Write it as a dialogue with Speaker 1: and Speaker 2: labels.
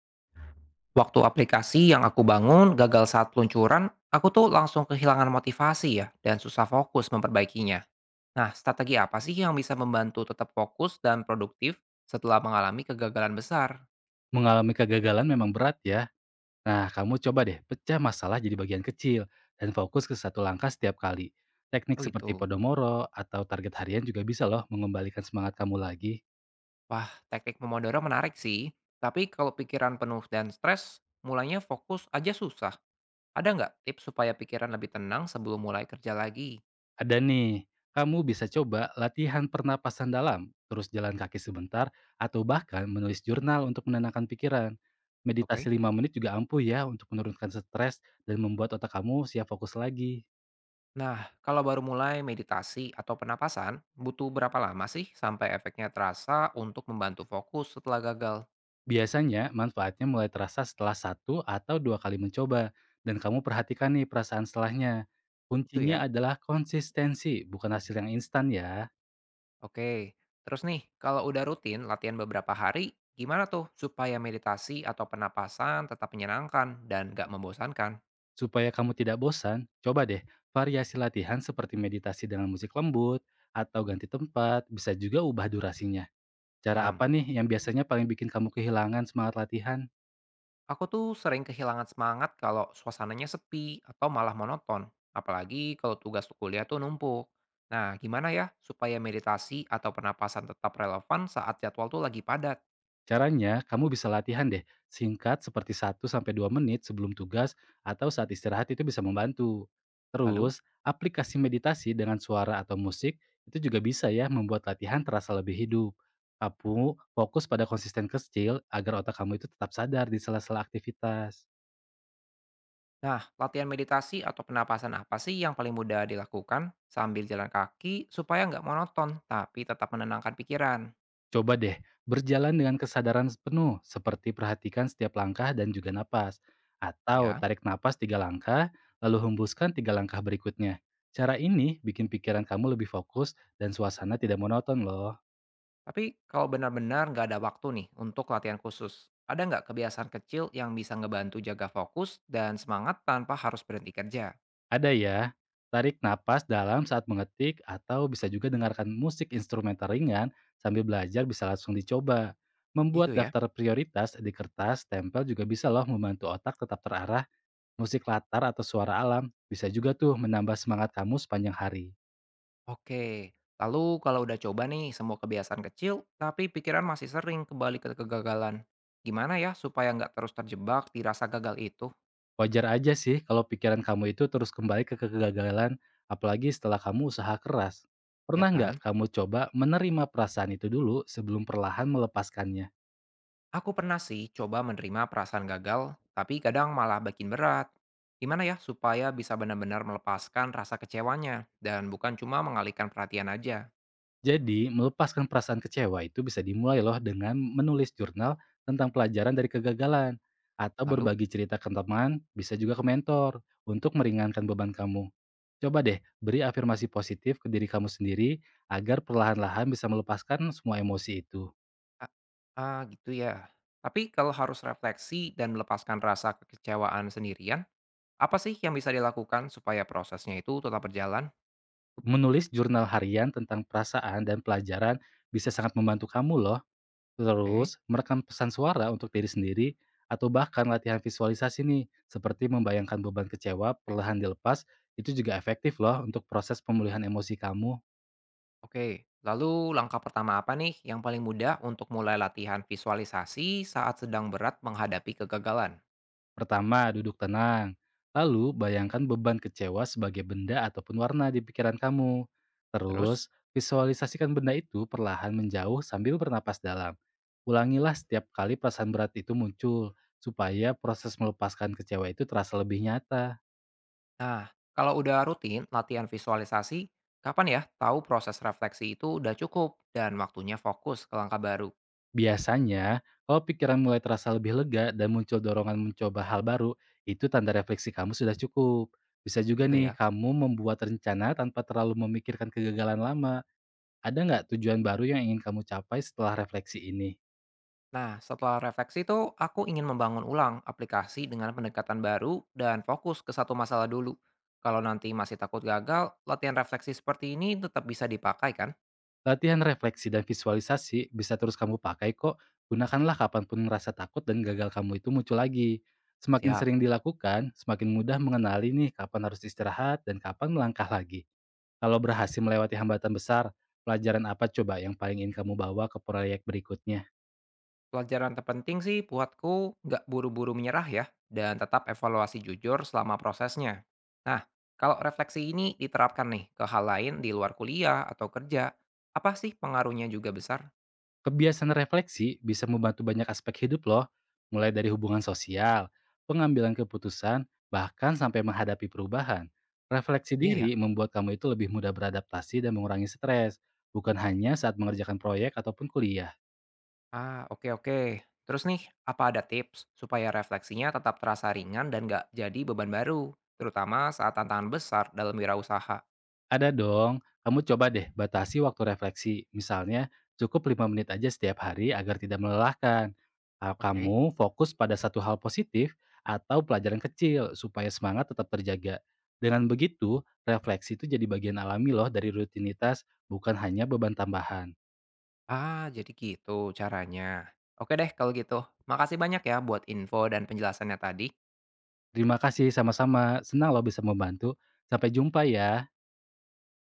Speaker 1: Waktu aplikasi yang aku bangun gagal saat peluncuran, aku tuh langsung kehilangan motivasi ya, dan susah fokus memperbaikinya. Nah, strategi apa sih yang bisa membantu tetap fokus dan produktif setelah mengalami kegagalan besar?
Speaker 2: Mengalami kegagalan memang berat ya. Nah, kamu coba deh pecah masalah jadi bagian kecil dan fokus ke satu langkah setiap kali. Teknik
Speaker 1: Oh
Speaker 2: seperti
Speaker 1: gitu.
Speaker 2: Podomoro atau target harian juga bisa loh mengembalikan semangat kamu lagi.
Speaker 1: Wah, teknik Pomodoro menarik sih. Tapi kalau pikiran penuh dan stres, mulainya fokus aja susah. Ada nggak tips supaya pikiran lebih tenang sebelum mulai kerja lagi?
Speaker 2: Ada nih, kamu bisa coba latihan pernapasan dalam, terus jalan kaki sebentar, atau bahkan menulis jurnal untuk menenangkan pikiran.
Speaker 1: Oke.
Speaker 2: Meditasi 5 menit juga ampuh ya untuk menurunkan stres dan membuat otak kamu siap fokus lagi.
Speaker 1: Nah, kalau baru mulai meditasi atau penapasan, butuh berapa lama sih sampai efeknya terasa untuk membantu fokus setelah gagal?
Speaker 2: Biasanya, manfaatnya mulai terasa setelah 1 atau 2 kali mencoba, dan kamu perhatikan nih perasaan setelahnya.
Speaker 1: Itu ya.
Speaker 2: Kuncinya adalah konsistensi, bukan hasil yang instan ya.
Speaker 1: Oke. Terus nih, kalau udah rutin latihan beberapa hari, gimana tuh supaya meditasi atau penapasan tetap menyenangkan dan gak membosankan?
Speaker 2: Supaya kamu tidak bosan, coba deh variasi latihan seperti meditasi dengan musik lembut, atau ganti tempat, bisa juga ubah durasinya. Cara
Speaker 1: Paham?
Speaker 2: apa nih yang biasanya paling bikin kamu kehilangan semangat latihan?
Speaker 1: Aku tuh sering kehilangan semangat kalau suasananya sepi atau malah monoton. Apalagi kalau tugas kuliah tuh numpuk. Nah, gimana ya supaya meditasi atau penapasan tetap relevan saat jadwal tuh lagi padat?
Speaker 2: Caranya, kamu bisa latihan deh, singkat seperti 1 sampai 2 menit sebelum tugas atau saat istirahat itu bisa membantu.
Speaker 1: Lalu,
Speaker 2: Terus, aplikasi meditasi dengan suara atau musik itu juga bisa ya membuat latihan terasa lebih hidup. Kamu fokus pada konsisten kecil agar otak kamu itu tetap sadar di sela-sela aktivitas.
Speaker 1: nah latihan meditasi atau penapasan apa sih yang paling mudah dilakukan sambil jalan kaki supaya nggak monoton tapi tetap menenangkan pikiran?
Speaker 2: Coba deh, berjalan dengan kesadaran penuh, seperti perhatikan setiap langkah dan juga napas. Atau
Speaker 1: Ya,
Speaker 2: tarik napas 3 langkah, lalu hembuskan 3 langkah berikutnya. Cara ini bikin pikiran kamu lebih fokus dan suasana tidak monoton loh.
Speaker 1: tapi kalau benar-benar nggak ada waktu nih untuk latihan khusus, ada nggak kebiasaan kecil yang bisa ngebantu jaga fokus dan semangat tanpa harus berhenti kerja?
Speaker 2: Ada ya, tarik napas dalam saat mengetik atau bisa juga dengarkan musik instrumental ringan sambil belajar bisa langsung dicoba. Membuat
Speaker 1: Gitu ya.
Speaker 2: daftar prioritas di kertas, tempel juga bisa loh membantu otak tetap terarah. Musik latar atau suara alam bisa juga tuh menambah semangat kamu sepanjang hari.
Speaker 1: Oke, lalu kalau udah coba nih semua kebiasaan kecil tapi pikiran masih sering kembali ke kegagalan, gimana ya supaya nggak terus terjebak di rasa gagal itu,
Speaker 2: Wajar aja sih kalau pikiran kamu itu terus kembali ke kegagalan, apalagi setelah kamu usaha keras.
Speaker 1: ya
Speaker 2: Pernah nggak
Speaker 1: kan?
Speaker 2: kamu coba menerima perasaan itu dulu sebelum perlahan melepaskannya?
Speaker 1: Aku pernah sih coba menerima perasaan gagal, tapi kadang malah bikin berat. Gimana ya supaya bisa benar-benar melepaskan rasa kecewanya dan bukan cuma mengalihkan perhatian aja.
Speaker 2: Jadi, melepaskan perasaan kecewa itu bisa dimulai loh dengan menulis jurnal tentang pelajaran dari kegagalan. Atau
Speaker 1: Lalu,
Speaker 2: berbagi cerita ke teman, bisa juga ke mentor, untuk meringankan beban kamu. Coba deh, beri afirmasi positif ke diri kamu sendiri agar perlahan-lahan bisa melepaskan semua emosi itu.
Speaker 1: ah, gitu ya. Tapi kalau harus refleksi dan melepaskan rasa kekecewaan sendirian, apa sih yang bisa dilakukan supaya prosesnya itu tetap berjalan?
Speaker 2: Menulis jurnal harian tentang perasaan dan pelajaran bisa sangat membantu kamu loh.
Speaker 1: Oke,
Speaker 2: Terus, merekam pesan suara untuk diri sendiri atau bahkan latihan visualisasi nih, seperti membayangkan beban kecewa perlahan dilepas, itu juga efektif loh untuk proses pemulihan emosi kamu.
Speaker 1: oke. Lalu langkah pertama apa nih yang paling mudah untuk mulai latihan visualisasi saat sedang berat menghadapi kegagalan?
Speaker 2: Pertama, duduk tenang. Lalu, bayangkan beban kecewa sebagai benda ataupun warna di pikiran kamu.
Speaker 1: Terus,
Speaker 2: Terus, visualisasikan benda itu perlahan menjauh sambil bernapas dalam. Ulangilah setiap kali perasaan berat itu muncul, supaya proses melepaskan kecewa itu terasa lebih nyata.
Speaker 1: nah, kalau udah rutin latihan visualisasi, kapan ya tahu proses refleksi itu udah cukup dan waktunya fokus ke langkah baru?
Speaker 2: Biasanya, kalau pikiran mulai terasa lebih lega dan muncul dorongan mencoba hal baru, itu tanda refleksi kamu sudah cukup. Bisa juga
Speaker 1: Gitu
Speaker 2: nih,
Speaker 1: ya.
Speaker 2: kamu membuat rencana tanpa terlalu memikirkan kegagalan lama. Ada nggak tujuan baru yang ingin kamu capai setelah refleksi ini?
Speaker 1: Nah, setelah refleksi itu, aku ingin membangun ulang aplikasi dengan pendekatan baru dan fokus ke satu masalah dulu. Kalau nanti masih takut gagal, latihan refleksi seperti ini tetap bisa dipakai kan?
Speaker 2: Latihan refleksi dan visualisasi bisa terus kamu pakai kok. Gunakanlah kapanpun rasa takut dan gagal kamu itu muncul lagi. Semakin
Speaker 1: Siap.
Speaker 2: sering dilakukan, semakin mudah mengenali nih kapan harus istirahat dan kapan melangkah lagi. Kalau berhasil melewati hambatan besar, pelajaran apa coba yang paling ingin kamu bawa ke proyek berikutnya?
Speaker 1: Pelajaran terpenting sih buatku nggak buru-buru menyerah ya, dan tetap evaluasi jujur selama prosesnya. Nah, kalau refleksi ini diterapkan nih ke hal lain di luar kuliah atau kerja, apa sih pengaruhnya juga besar?
Speaker 2: Kebiasaan refleksi bisa membantu banyak aspek hidup loh, mulai dari hubungan sosial, pengambilan keputusan, bahkan sampai menghadapi perubahan. Refleksi
Speaker 1: Iya ya?
Speaker 2: diri membuat kamu itu lebih mudah beradaptasi dan mengurangi stres, bukan hanya saat mengerjakan proyek ataupun kuliah.
Speaker 1: Ah, oke oke. Terus nih, apa ada tips supaya refleksinya tetap terasa ringan dan nggak jadi beban baru, terutama saat tantangan besar dalam wirausaha?
Speaker 2: Ada dong, kamu coba deh batasi waktu refleksi. Misalnya, cukup 5 menit aja setiap hari agar tidak melelahkan. Ah,
Speaker 1: Oke.
Speaker 2: kamu fokus pada satu hal positif atau pelajaran kecil supaya semangat tetap terjaga. Dengan begitu, refleksi itu jadi bagian alami loh dari rutinitas, bukan hanya beban tambahan.
Speaker 1: Ah, jadi gitu caranya. Oke deh kalau gitu. Makasih banyak ya buat info dan penjelasannya tadi.
Speaker 2: Terima kasih sama-sama, senang loh bisa membantu. Sampai jumpa ya.